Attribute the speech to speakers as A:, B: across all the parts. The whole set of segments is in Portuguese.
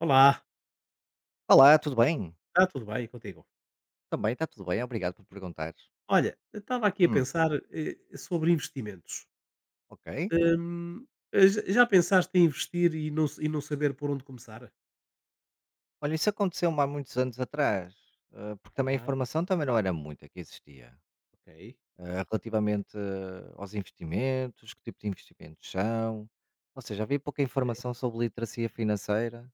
A: Olá,
B: Olá, tudo bem?
A: está tudo bem contigo?
B: Também está tudo bem, obrigado por perguntar.
A: Olha, eu estava aqui a
B: Hum,
A: pensar sobre investimentos.
B: ok.
A: Hum, já pensaste em investir e não saber por onde começar?
B: Olha, isso aconteceu-me há muitos anos atrás, porque também a
A: Aham,
B: informação também não era muita que existia,
A: ok.
B: relativamente aos investimentos, que tipo de investimentos são. Ou seja, havia pouca
A: Ok.
B: informação sobre literacia financeira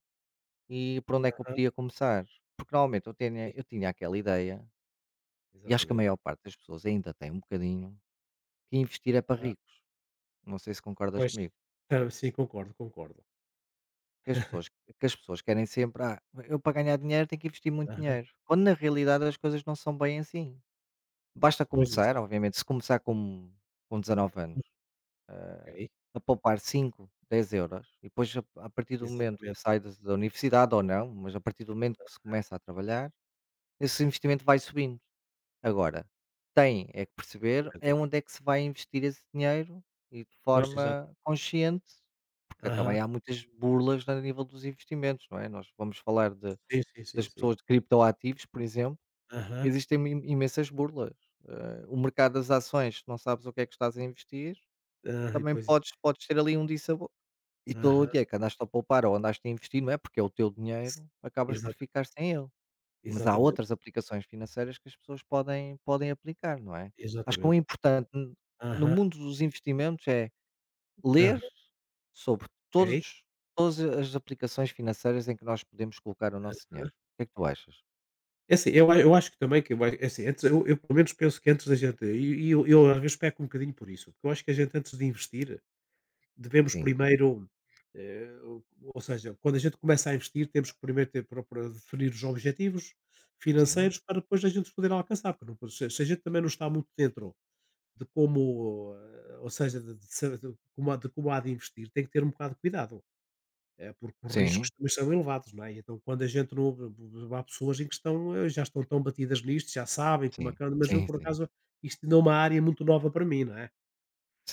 B: e por onde é que eu
A: Aham,
B: podia começar. Porque normalmente eu tinha,
A: sim,
B: eu tinha aquela ideia, e acho que a
A: exatamente.
B: maior parte das pessoas ainda tem um bocadinho, que investir é para
A: Aham.
B: ricos. Não sei se concordas
A: Pois.
B: comigo.
A: Ah, sim, concordo, concordo.
B: Que as pessoas querem sempre: "Ah, eu para ganhar dinheiro tenho que investir muito
A: Aham,
B: dinheiro", quando na realidade as coisas não são bem assim. Basta
A: pois isso.
B: começar, obviamente, se começar com 19 anos,
A: Ok.
B: a poupar 5 10 euros e depois a partir do momento
A: Exatamente.
B: que sai da universidade ou não, mas a partir do momento que se começa a trabalhar, esse investimento vai subindo. Agora, tem é que perceber é
A: Exatamente.
B: onde é que se vai investir esse dinheiro e de
A: Pois, exato.
B: forma consciente, porque
A: Aham,
B: também há muitas burlas a nível dos investimentos, não é? Nós vamos falar de
A: sim, sim, sim,
B: das
A: sim.
B: pessoas de criptoativos, por exemplo,
A: Aham,
B: existem im imensas burlas. O mercado das ações, se não sabes o que é que estás a investir,
A: ah, e
B: também
A: pois, isso.
B: podes ter ali um dissabor. E todo o
A: Aham,
B: dinheiro que andaste a poupar ou andaste a investir, não é, porque é o teu
A: s-
B: dinheiro, acabas por
A: exata-
B: ficar sem ele. Mas há
A: exatamente,
B: outras aplicações financeiras que as pessoas podem aplicar, não é? Acho que o
A: exatamente.
B: importante n no
A: Aham,
B: mundo dos investimentos é
A: aham,
B: ler sobre
A: ok.
B: todos todas as aplicações financeiras em que nós podemos colocar o nosso dinheiro. O que é que tu achas?
A: É assim, eu acho que também que vai é assim, antes eu pelo menos penso que antes da gente e eu às um bocadinho por isso, porque eu acho que a gente antes de investir, devemos
B: Sim.
A: primeiro, eh, ou ou seja, quando a gente começa a investir temos que primeiro ter procurar definir os objetivos
B: Sim,
A: financeiros para depois a gente poder alcançar, porque não se a gente também não está muito dentro de como, ou seja, de como há de investir, tem que ter um bocado de cuidado. Eh, porque os riscos
B: sim,
A: também são elevados, não é? E então quando a gente não b- há pessoas em que estão, já estão tão batidas nisto, já sabem como é
B: sim,
A: que anda, mas eu
B: sim,
A: por
B: sim,
A: acaso isto ainda é uma área muito nova para mim, não é?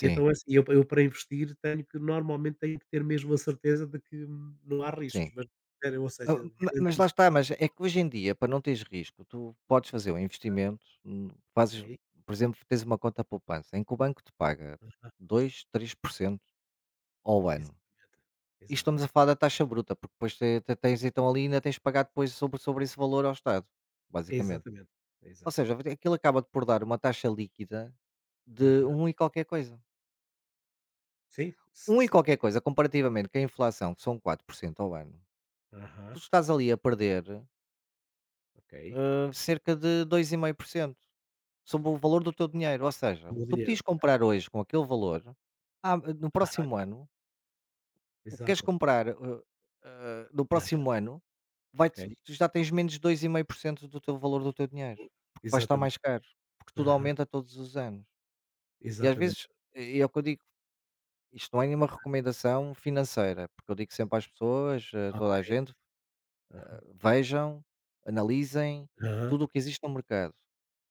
A: E então é assim, eu para investir tenho que normalmente tenho que ter mesmo a certeza de que não há riscos,
B: sim.
A: mas eh, ou
B: Ah,
A: seja,
B: ma mas
A: garantido,
B: lá está, mas é que hoje em dia, para não teres risco, tu podes fazer um investimento, fazes
A: ok?
B: por exemplo, tens uma conta poupança em que o banco te paga 2 a 3% ao ano.
A: Exatamente.
B: E estamos
A: Exato.
B: a falar da taxa bruta, porque depois te tens então ali ainda tens de pagar depois sobre esse valor ao Estado, basicamente.
A: Exatamente.
B: Ou
A: Exato.
B: seja, aquilo acaba-te por dar uma taxa líquida de
A: Aham.
B: um e qualquer coisa.
A: Sim, sim,
B: Um e
A: sim,
B: qualquer
A: sim.
B: coisa comparativamente com a inflação, que são 4% ao ano.
A: Aham.
B: Tu estás ali a perder
A: Ok.
B: cerca de 2,5% sobre o valor do teu dinheiro. Ou seja,
A: O
B: o que tu
A: dinheiro.
B: podias comprar hoje com aquele valor, ah, no
A: Aham.
B: próximo ano, o que queres
A: Exato.
B: comprar no
A: Aham.
B: próximo ano, vai
A: Ok.
B: -te, tu já tens menos de 2,5% do teu valor do teu dinheiro, porque vai estar
A: Exatamente.
B: mais caro, porque tudo
A: Aham.
B: aumenta todos os anos. E às vezes,
A: Exatamente.
B: e é o que eu digo, isto não é nenhuma recomendação financeira, porque eu digo sempre às pessoas, a toda a
A: Ok.
B: gente,
A: Aham.
B: vejam, analisem
A: Aham.
B: tudo o que existe no mercado.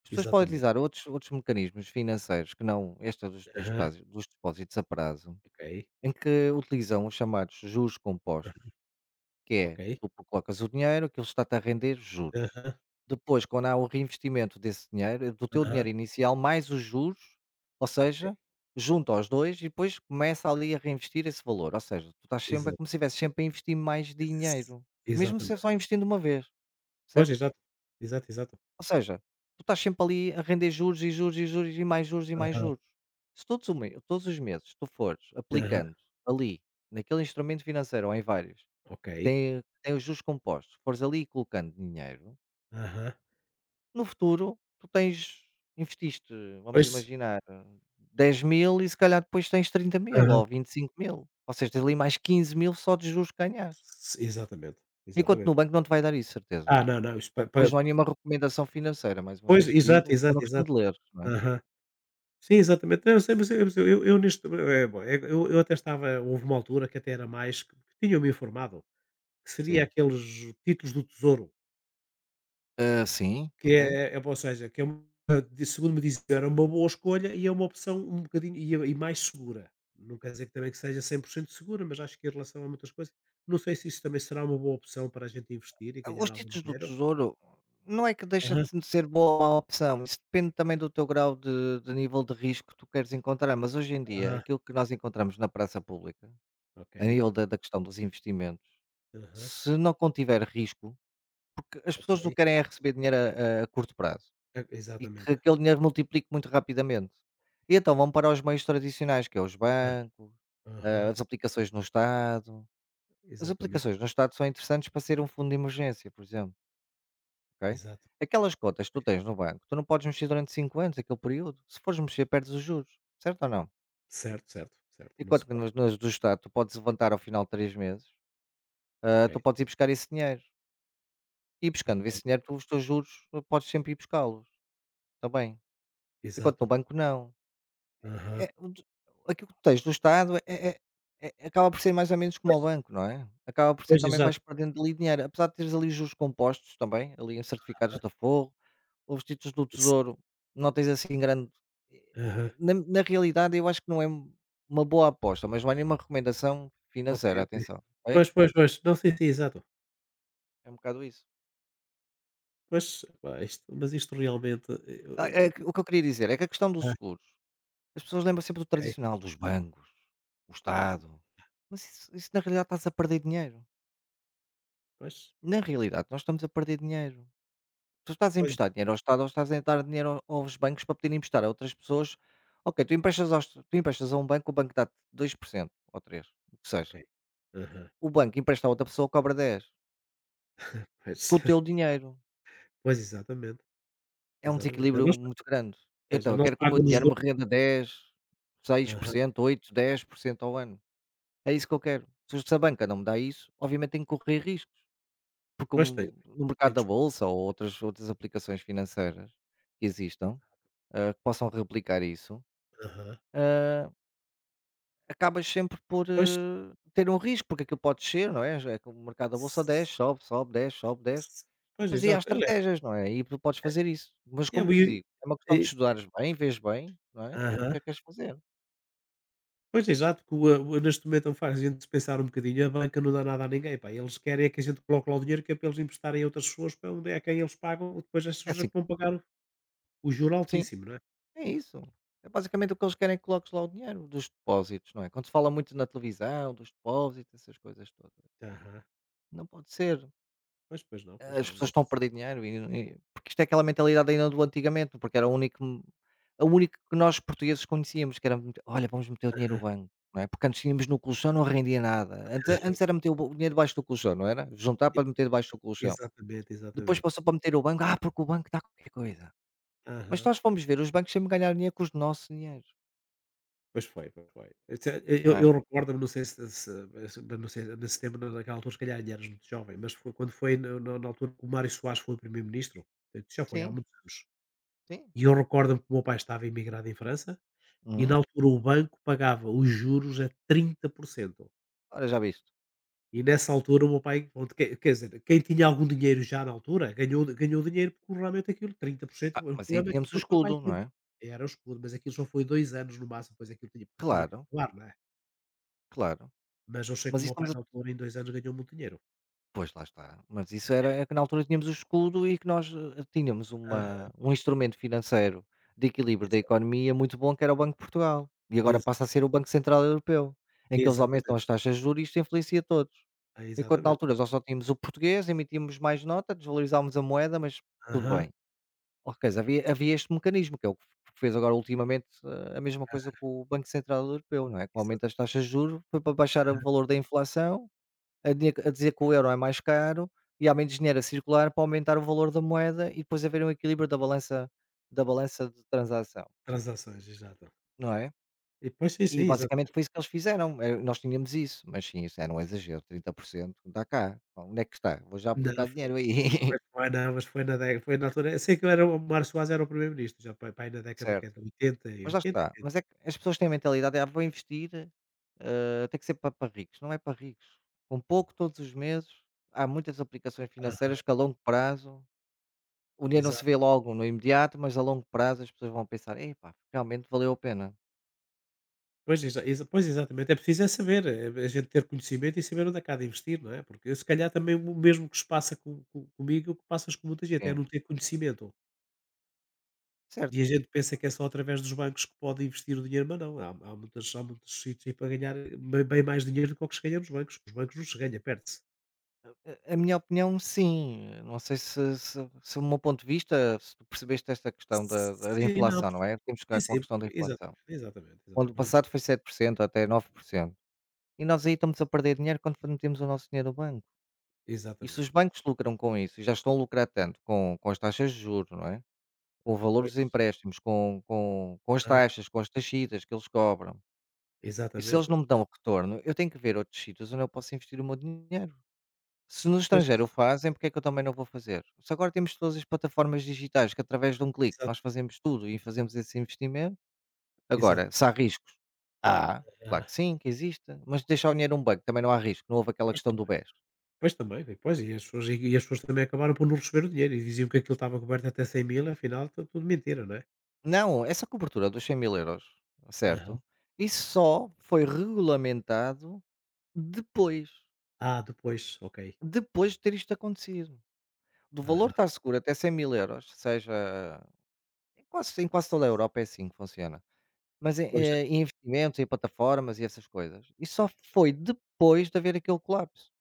B: As pessoas podem
A: Exatamente.
B: utilizar outros mecanismos financeiros que não esta
A: Aham.
B: depósitos dos depósitos a prazo,
A: Ok.
B: em que utilizam os chamados juros
A: Ah,
B: compostos, que
A: ok.
B: é tu colocas o dinheiro, aquilo está-te a render juros.
A: Aham.
B: Depois, quando há o reinvestimento desse dinheiro, do teu
A: Aham.
B: dinheiro inicial, mais os juros, ou
A: Ok.
B: seja, junta aos dois e depois começa ali a reinvestir esse valor. Ou seja, tu estás sempre, é como
A: Exato.
B: se estivesse sempre a investir mais
A: Ex
B: dinheiro, mesmo se é
A: Exatamente.
B: só investindo uma vez,
A: Pois,
B: certo?
A: exato. Exato, exato.
B: Ou seja, tu estás sempre ali a render juros e juros e juros e mais juros e mais
A: Aham.
B: juros. Se todos, todos os meses tu fores
A: Aham.
B: aplicando ali, naquele instrumento financeiro ou em vários,
A: Ok.
B: que tem os juros compostos, fores ali colocando dinheiro,
A: Aham.
B: no futuro tu tens, investiste, vamos
A: Pois.
B: imaginar, 10 000 e se calhar depois tens 30 000
A: Aham.
B: ou 25 000. Ou seja, tens ali mais 15 000 só de juros que ganhas.
A: S Exatamente,
B: Enquanto
A: exatamente.
B: no banco não te vai dar isso, certeza.
A: Ah, não, não, isto pa pa
B: Mas não há
A: pa-
B: nenhuma recomendação financeira, mais uma
A: pois,
B: vez te
A: exato,
B: digo, é
A: exato,
B: uma questão de
A: exato.
B: ler, não é?
A: Aham. Sim, exatamente. Não, eu sei, mas eu nisto é bom, eu até estava, houve uma altura que até era mais que tinham-me informado, que seria
B: Sim.
A: aqueles títulos do tesouro.
B: Ah, sim,
A: Que
B: ok.
A: é ou seja, que é uma segundo me dizem, era uma boa escolha e é uma opção um bocadinho e mais segura. Não quer dizer que também que seja 100% segura, mas acho que em relação a muitas coisas não sei se isso também será uma boa opção para a gente investir e ganhar
B: Os
A: algum
B: títulos do
A: dinheiro.
B: tesouro não é que deixa
A: Aham,
B: de ser boa ou má opção, isso depende também do teu grau de nível de risco que tu queres encontrar, mas hoje em dia
A: aham,
B: aquilo que nós encontramos na praça pública,
A: ok.
B: a nível da, da questão dos investimentos,
A: Aham,
B: se não contiver risco, porque as pessoas o
A: ok.
B: que querem é receber dinheiro a, a curto prazo
A: E
B: e que
A: exatamente.
B: aquele dinheiro multiplique muito rapidamente. E então vão para os meios tradicionais, que é os
A: Aham,
B: bancos, ah,
A: aham,
B: as aplicações no Estado. As aplicações
A: exatamente,
B: no Estado são interessantes para ser um fundo de emergência, por exemplo, ok?
A: exato.
B: Aquelas cotas que tu tens no banco, tu não podes mexer durante 5 anos, aquele período. Se fores mexer, perdes os juros, certo ou não?
A: Certo, certo, certo, não se
B: Enquanto que
A: pode.
B: nas do Estado tu podes levantar ao final de 3 meses,
A: Ok,
B: ah, tu podes ir buscar esse dinheiro. E buscando
A: ok.
B: esse dinheiro, tu, os teus juros, podes sempre ir buscá-los também. Enquanto no
A: Exato.
B: banco, não.
A: Aham.
B: É é o de aqui o contexto do Estado é é, acaba por ser mais ou menos como
A: Pois,
B: ao banco, não é? Acaba por ser
A: pois
B: também
A: exato.
B: vais perdendo ali dinheiro, apesar de teres ali os juros compostos também, ali em certificados de aforro, ou os títulos do
A: Isso.
B: tesouro, não tens assim grande eh,
A: Aham.
B: na na realidade eu acho que não é uma boa aposta, mas não é nenhuma recomendação
A: Ok,
B: financeira,
A: ok.
B: atenção, ok?
A: Pois, pois, pois. Não, sei sim, exato.
B: É um bocado isso.
A: Pois, pá, isto realmente, eu
B: Ah, é que
A: eu
B: o que eu queria dizer é que a questão dos seguros, as pessoas lembram sempre do
A: ok.
B: tradicional, dos bancos, o Estado, mas isso na realidade estás a perder dinheiro.
A: Pois.
B: Na realidade, nós estamos a perder dinheiro. Tu estás a
A: Pois.
B: emprestar dinheiro ao Estado ou estás a dar dinheiro aos bancos para poderem emprestar a outras pessoas. Ok, tu emprestas, aos, tu emprestas a um banco, o banco dá-te 2% ou 3%, o que
A: Ok.
B: seja.
A: Aham.
B: O banco empresta a outra pessoa, cobra 10%. Com
A: Pois.
B: o teu dinheiro.
A: Pois, exatamente,
B: É um
A: exatamente. A
B: desequilíbrio
A: nós,
B: muito grande.
A: pois,
B: Então,
A: a
B: eu
A: nós,
B: quero que o meu
A: exatamente, nos
B: dinheiro
A: do,
B: me renda dez, seis por
A: aham.
B: cento, oito dez por cento ao ano. É isso que eu quero. Se se a banca não me dá isso, obviamente tenho que correr riscos. Porque o-
A: Pois, tem
B: no
A: tem
B: mercado
A: que
B: da
A: os,
B: bolsa ou outras aplicações financeiras que existam, que possam replicar isso,
A: aham.
B: ah, acabas sempre por
A: Pois.
B: ter um risco, porque aquilo pode ser, não é? É que o mercado da bolsa
A: S
B: desce, sobe, sobe, desce, sobe, desce.
A: s
B: E
A: Pois,
B: depois aí há
A: exato. Aliás,
B: estratégias, não é? E tu podes fazer isso. Mas
A: é a
B: como te
A: maioria
B: digo, é uma questão de
A: e
B: estudares bem, vês bem, não é? O
A: aham.
B: que é que queres fazer?
A: Pois, exato, que o neste momento faz a gente pensar um bocadinho, a banca não dá nada a ninguém, pá, eles querem é que a gente coloque lá o dinheiro que é para eles emprestarem a outras pessoas para onde é a quem eles pagam, depois as
B: É
A: pessoas é
B: assim,
A: que vão pagar o juro
B: sim,
A: altíssimo, não é?
B: é isso. É basicamente o que eles querem é que coloques lá o dinheiro dos depósitos, não é? Quando se fala muito na televisão, dos depósitos, essas coisas todas.
A: Aham.
B: Não pode ser.
A: Pois, pois
B: As
A: não,
B: pessoas
A: mas
B: estão a perder dinheiro e porque isto é aquela mentalidade ainda do antigamente, porque era o único que nós portugueses conhecíamos, que era meter olha, vamos meter o dinheiro no banco, não é? Porque antes tínhamos no colchão, não rendia nada. Antes
A: aham.
B: era meter o dinheiro debaixo do colchão, não era? Juntar para meter debaixo do colchão.
A: Exatamente,
B: Depois
A: exatamente.
B: passou para meter o banco, ah, porque o banco dá qualquer coisa. Mas
A: Aham.
B: nós formos ver, os bancos sempre ganharam dinheiro com os nossos dinheiros,
A: Pois foi, pois foi. Isso é, eu
B: não é?
A: eu recordo-me, não sei, se não sei, nesse tempo, na naquela altura, se calhar ainda eras muito jovem, mas foi na altura que o Mário Soares foi o primeiro-ministro, isso já foi há
B: Sim,
A: muitos anos,
B: sim.
A: e eu recordo-me que o meu pai estava imigrado em França e, na
B: Uhum.
A: altura, o banco pagava os juros a 30%.
B: Ora, já viste.
A: E nessa altura o meu pai, pronto, quer dizer, quem tinha algum dinheiro já na altura, ganhou dinheiro, porque realmente aquilo trinta por cento,
B: Ah,
A: o
B: mas aí
A: problema é que
B: tínhamos o
A: aquilo foi para
B: escudo, não
A: aquilo.
B: é?
A: Era o escudo, mas aquilo só foi 2 anos no máximo, depois aquilo tinha que
B: Claro,
A: acabar, não é?
B: claro.
A: Mas eu sei que
B: Mas
A: o
B: isso
A: meu pai
B: estamos a
A: na altura em dois anos ganhou muito dinheiro.
B: pois, lá está. Mas isso era é que na altura tínhamos o escudo e que nós, tínhamos
A: Aham,
B: uma um instrumento financeiro de equilíbrio da
A: exa
B: economia muito bom, que era o Banco de Portugal. E agora
A: exa
B: passa a ser o Banco Central Europeu, em que eles
A: exatamente,
B: aumentam as taxas de juros e isto influencia todos.
A: é
B: Enquanto na
A: exatamente.
B: altura nós só tínhamos o português, emitíamos mais nota, desvalorizávamos a moeda, mas tudo
A: Aham,
B: bem. Ok, havia este mecanismo, que é o que fez agora ultimamente, a mesma coisa com o Banco Central Europeu, não é? Com o aumento das
A: exatamente,
B: taxas de juros, foi para baixar o
A: aham.
B: valor da inflação a dizer que o euro é mais caro e há menos dinheiro a circular para aumentar o valor da moeda e depois haver um equilíbrio da balança de transação,
A: Transações, exato.
B: não é?
A: E pois, sim,
B: E
A: sim,
B: basicamente
A: exatamente.
B: foi isso que eles fizeram, nós tínhamos isso, mas sim, isso era um exagero, 30% está cá, bom, onde é que está? Vou já
A: Não
B: aplicar
A: foi,
B: dinheiro aí,
A: pois foi não, mas foi na altura, eu sei que eu era o Mário Soares era o primeiro-ministro, já pai para na década que
B: certo.
A: é de 80 e
B: Mas lá
A: 80,
B: está,
A: 80.
B: mas é que as pessoas têm a mentalidade, é, ah, vou investir, tem que ser para ricos, não é para ricos, com pouco todos os meses, há muitas aplicações financeiras que a longo prazo o dinheiro não se
A: Exato.
B: vê logo no imediato, mas a longo prazo as pessoas vão pensar: "Epá, realmente valeu a pena".
A: Pois, exa exa pois, exatamente, é preciso é saber, é a gente ter conhecimento e saber onde é que há de investir, não é, porque se calhar também o mesmo que se passa com comigo, é o que passas com muita gente, é
B: Sim,
A: não ter conhecimento. E a
B: certo.
A: gente pensa que é só através dos bancos que pode investir o dinheiro, mas não, há muitos sítios aí para ganhar bem bem mais dinheiro do que o que se ganha nos bancos. Os bancos não se ganha, perde-se.
B: A minha opinião, sim. Não sei se o meu ponto de vista, se tu percebeste esta questão da
A: Sim, não,
B: inflação, não é? Temos que ficar com a
A: percebi sim,
B: questão da
A: percebi,
B: inflação.
A: exatamente, exatamente,
B: Quando O ano
A: exatamente.
B: passado
A: Eles-
B: foi 7% até 9%. E nós aí estamos a perder dinheiro quando metemos o nosso dinheiro no banco. E se os
A: Exatamente.
B: bancos lucram com isso, e já estão a lucrar tanto com as taxas de juros, não é? Com o
A: Ah,
B: valor dos
A: pois.
B: empréstimos, com as
A: Ah,
B: taxas, com as taxitas que eles cobram. E se eles
A: exatamente.
B: não me dão retorno, eu tenho que ver outros sítios onde eu posso investir o meu dinheiro. Se no
A: Pois,
B: estrangeiro o fazem, porque é que eu também não vou fazer? Se agora temos todas as plataformas digitais que através de um clique
A: exato,
B: nós fazemos tudo e fazemos esse investimento,
A: exato.
B: agora, se há riscos? Há, claro
A: Ah,
B: que sim, que existe, mas deixar o dinheiro num banco também não há risco, não houve aquela
A: pois.
B: questão do BES.
A: Pois também, bem, pois, e as pessoas também acabaram por não receber o dinheiro e diziam que aquilo estava coberto até cem mil, afinal tu tudo mentira, não é?
B: Não, essa cobertura dos 100 mil euros,
A: Aham.
B: certo? Isso só foi regulamentado depois,
A: Ah, depois, ok.
B: depois de ter isto acontecido. Do
A: Aham.
B: valor
A: Aham,
B: estar seguro até 100 mil euros, seja em quase
A: sim,
B: toda a
A: sim.
B: Europa é assim que funciona. Mas em,
A: Pois é.
B: em investimentos, em plataformas e essas coisas. E só foi depois de haver aquele colapso.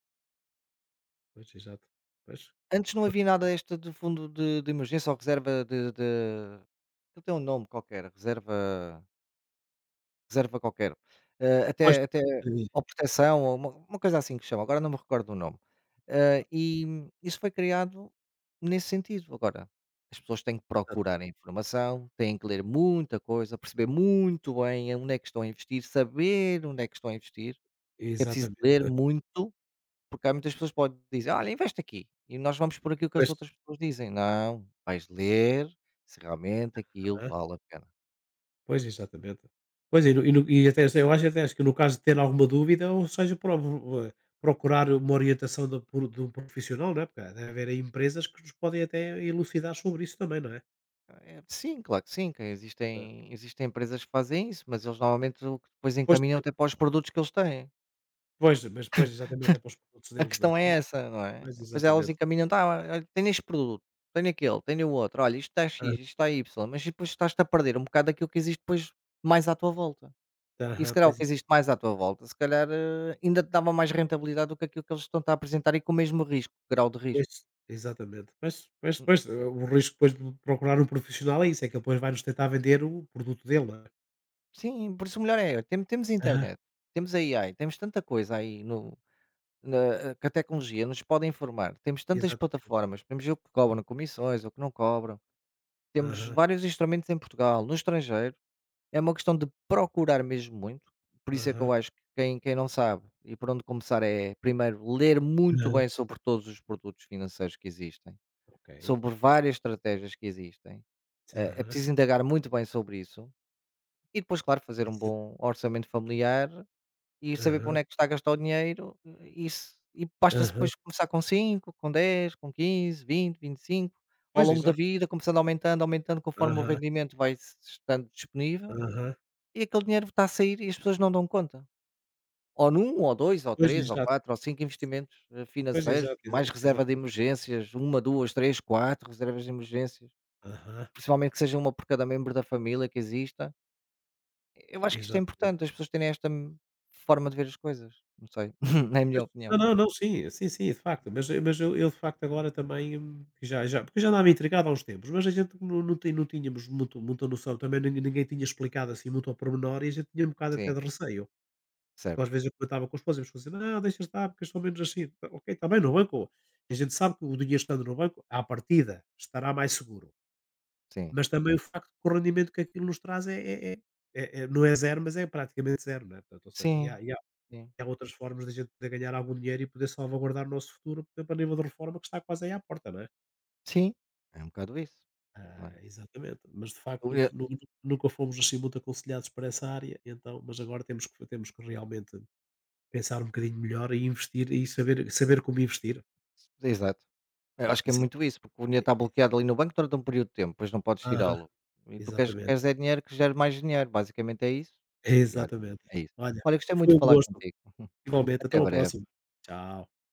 A: Pois, exato. Pois.
B: Antes não
A: Pois,
B: havia nada desta de fundo de emergência ou reserva de. Aquilo tem um nome qualquer, reserva. Reserva qualquer,
A: pois,
B: até
A: eh,
B: ou proteção ou uma coisa assim que chama, agora não me recordo do nome. E isso foi criado nesse sentido. Agora, as pessoas têm que
A: exato.
B: procurar a informação, têm que ler muita coisa, perceber muito bem onde é que estão a investir, saber onde é que estão a investir. É preciso ler
A: Exatamente,
B: muito, porque há muitas pessoas que podem dizer: "Olha, investe aqui", e nós vamos por aquilo que as
A: pois.
B: outras pessoas dizem. Não, vais ler se realmente aquilo
A: Aham.
B: vale a pena.
A: Pois, exatamente. Pois, e no e no e até eu acho até acho que no caso de ter alguma dúvida, ou seja, procurar uma orientação de um profissional, não é, porque deve haver aí empresas que nos podem até elucidar sobre isso também, não é?
B: É, sim, claro que sim, que
A: É.
B: existem empresas que fazem isso, mas eles normalmente o que depois
A: Pois,
B: encaminham
A: também.
B: até para os produtos que eles têm.
A: Pois, mas depois exatamente é para os produtos
B: A
A: deles, não é?
B: questão é
A: Pois,
B: essa, não é?
A: pois
B: Depois elas
A: exatamente.
B: encaminham, tá, olha, tenho este produto, tenho aquele, tenho o outro, olha, isto está
A: Hã,
B: X, isto está Y, mas depois estás-te a perder um bocado daquilo que existe depois mais à tua volta. E se
A: aham,
B: calhar o que existe mais à tua volta, se calhar ainda te dava mais rentabilidade do que aquilo que eles estão a apresentar e com o mesmo risco, grau de risco.
A: pois, exatamente. Mas
B: Hum,
A: pois, o risco depois de procurar um profissional é isso, é que ele depois vai-nos tentar vender o produto dele, não é?
B: Sim, por isso o melhor é, temos
A: Aham,
B: internet, temos a AI, temos tanta coisa aí, Na que a tecnologia nos pode informar. Temos tantas
A: exatamente.
B: plataformas, temos o que cobram comissões, o que não cobram, temos
A: Aham,
B: vários instrumentos em Portugal, no estrangeiro, é uma questão de procurar mesmo muito, por isso é que
A: aham,
B: eu acho que quem não sabe e por onde começar é, primeiro, ler muito
A: aham.
B: bem sobre todos os produtos financeiros que existem,
A: Ok.
B: sobre várias estratégias que existem, é
A: Aham,
B: preciso indagar muito bem sobre isso, e depois, claro, fazer um
A: isso,
B: bom orçamento familiar e saber para
A: aham,
B: onde é que está a gastar o dinheiro, e se e basta-se
A: aham.
B: depois começar com 5 com 10 com 15 20 25 ao
A: Pois,
B: longo da
A: exato.
B: vida, começando aumentando, aumentando, conforme o
A: Aham,
B: rendimento vai se estando disponível,
A: aham.
B: e aquele dinheiro está a sair e as pessoas não dão conta. Ou num, ou 2 ou
A: Pois,
B: 3 ou
A: exato.
B: 4 ou 5 investimentos,
A: Pois,
B: financeiros,
A: exato,
B: mais
A: exato,
B: reserva
A: exato.
B: de emergências, uma 2 3 4 reservas de emergências,
A: Aham,
B: principalmente que seja uma por cada membro da família que exista. Eu acho que isto é
A: exatamente.
B: importante, as pessoas terem esta forma de ver as coisas, não sei, na
A: Mas
B: minha
A: não,
B: opinião.
A: não, não, sim, sim, sim, de facto, mas eu de facto agora também, já porque eu já andava intrigado há uns tempos, mas a gente não tínhamos muito muita noção, também ninguém tinha explicado, assim, muito ao pormenor, e a gente tinha um bocado até
B: Sim,
A: de receio, porque às
B: certo.
A: vezes eu comentava com os esposa e a esposa dizia: "Não, deixa estar, porque eles são menos assim", tá ok, está bem no banco, a gente sabe que o dinheiro estando no banco, à partida, estará mais seguro,
B: Sim.
A: mas também o facto que o rendimento que aquilo nos traz é é é não é zero mas é praticamente zero, né, portanto, ou seja,
B: Sim,
A: há
B: sim.
A: há outras formas da gente poder ganhar algum dinheiro e poder salvaguardar o nosso futuro, por exemplo, a nível de reforma que está quase aí à porta, não é?
B: Sim, é um bocado isso, não é?
A: Ah, exatamente. Mas de
B: O
A: facto
B: e
A: nunca fomos assim muito aconselhados para essa área, então, mas agora temos que realmente pensar um bocadinho melhor e investir e saber como investir,
B: exato. Eu
A: porque
B: acho que é
A: isso
B: muito
A: é.
B: isso, porque o dinheiro está bloqueado ali no banco durante um período de tempo, depois não podes
A: Ah,
B: tirá-lo. E tu queres
A: exatamente,
B: queres é dinheiro que gere mais dinheiro, basicamente é isso. E olha,
A: exatamente.
B: é isso.
A: Olha,
B: Olha, gostei muito
A: foi
B: de
A: um
B: falar
A: gosto.
B: contigo.
A: Igualmente, até
B: Até
A: uma próxima.
B: breve.
A: Tchau.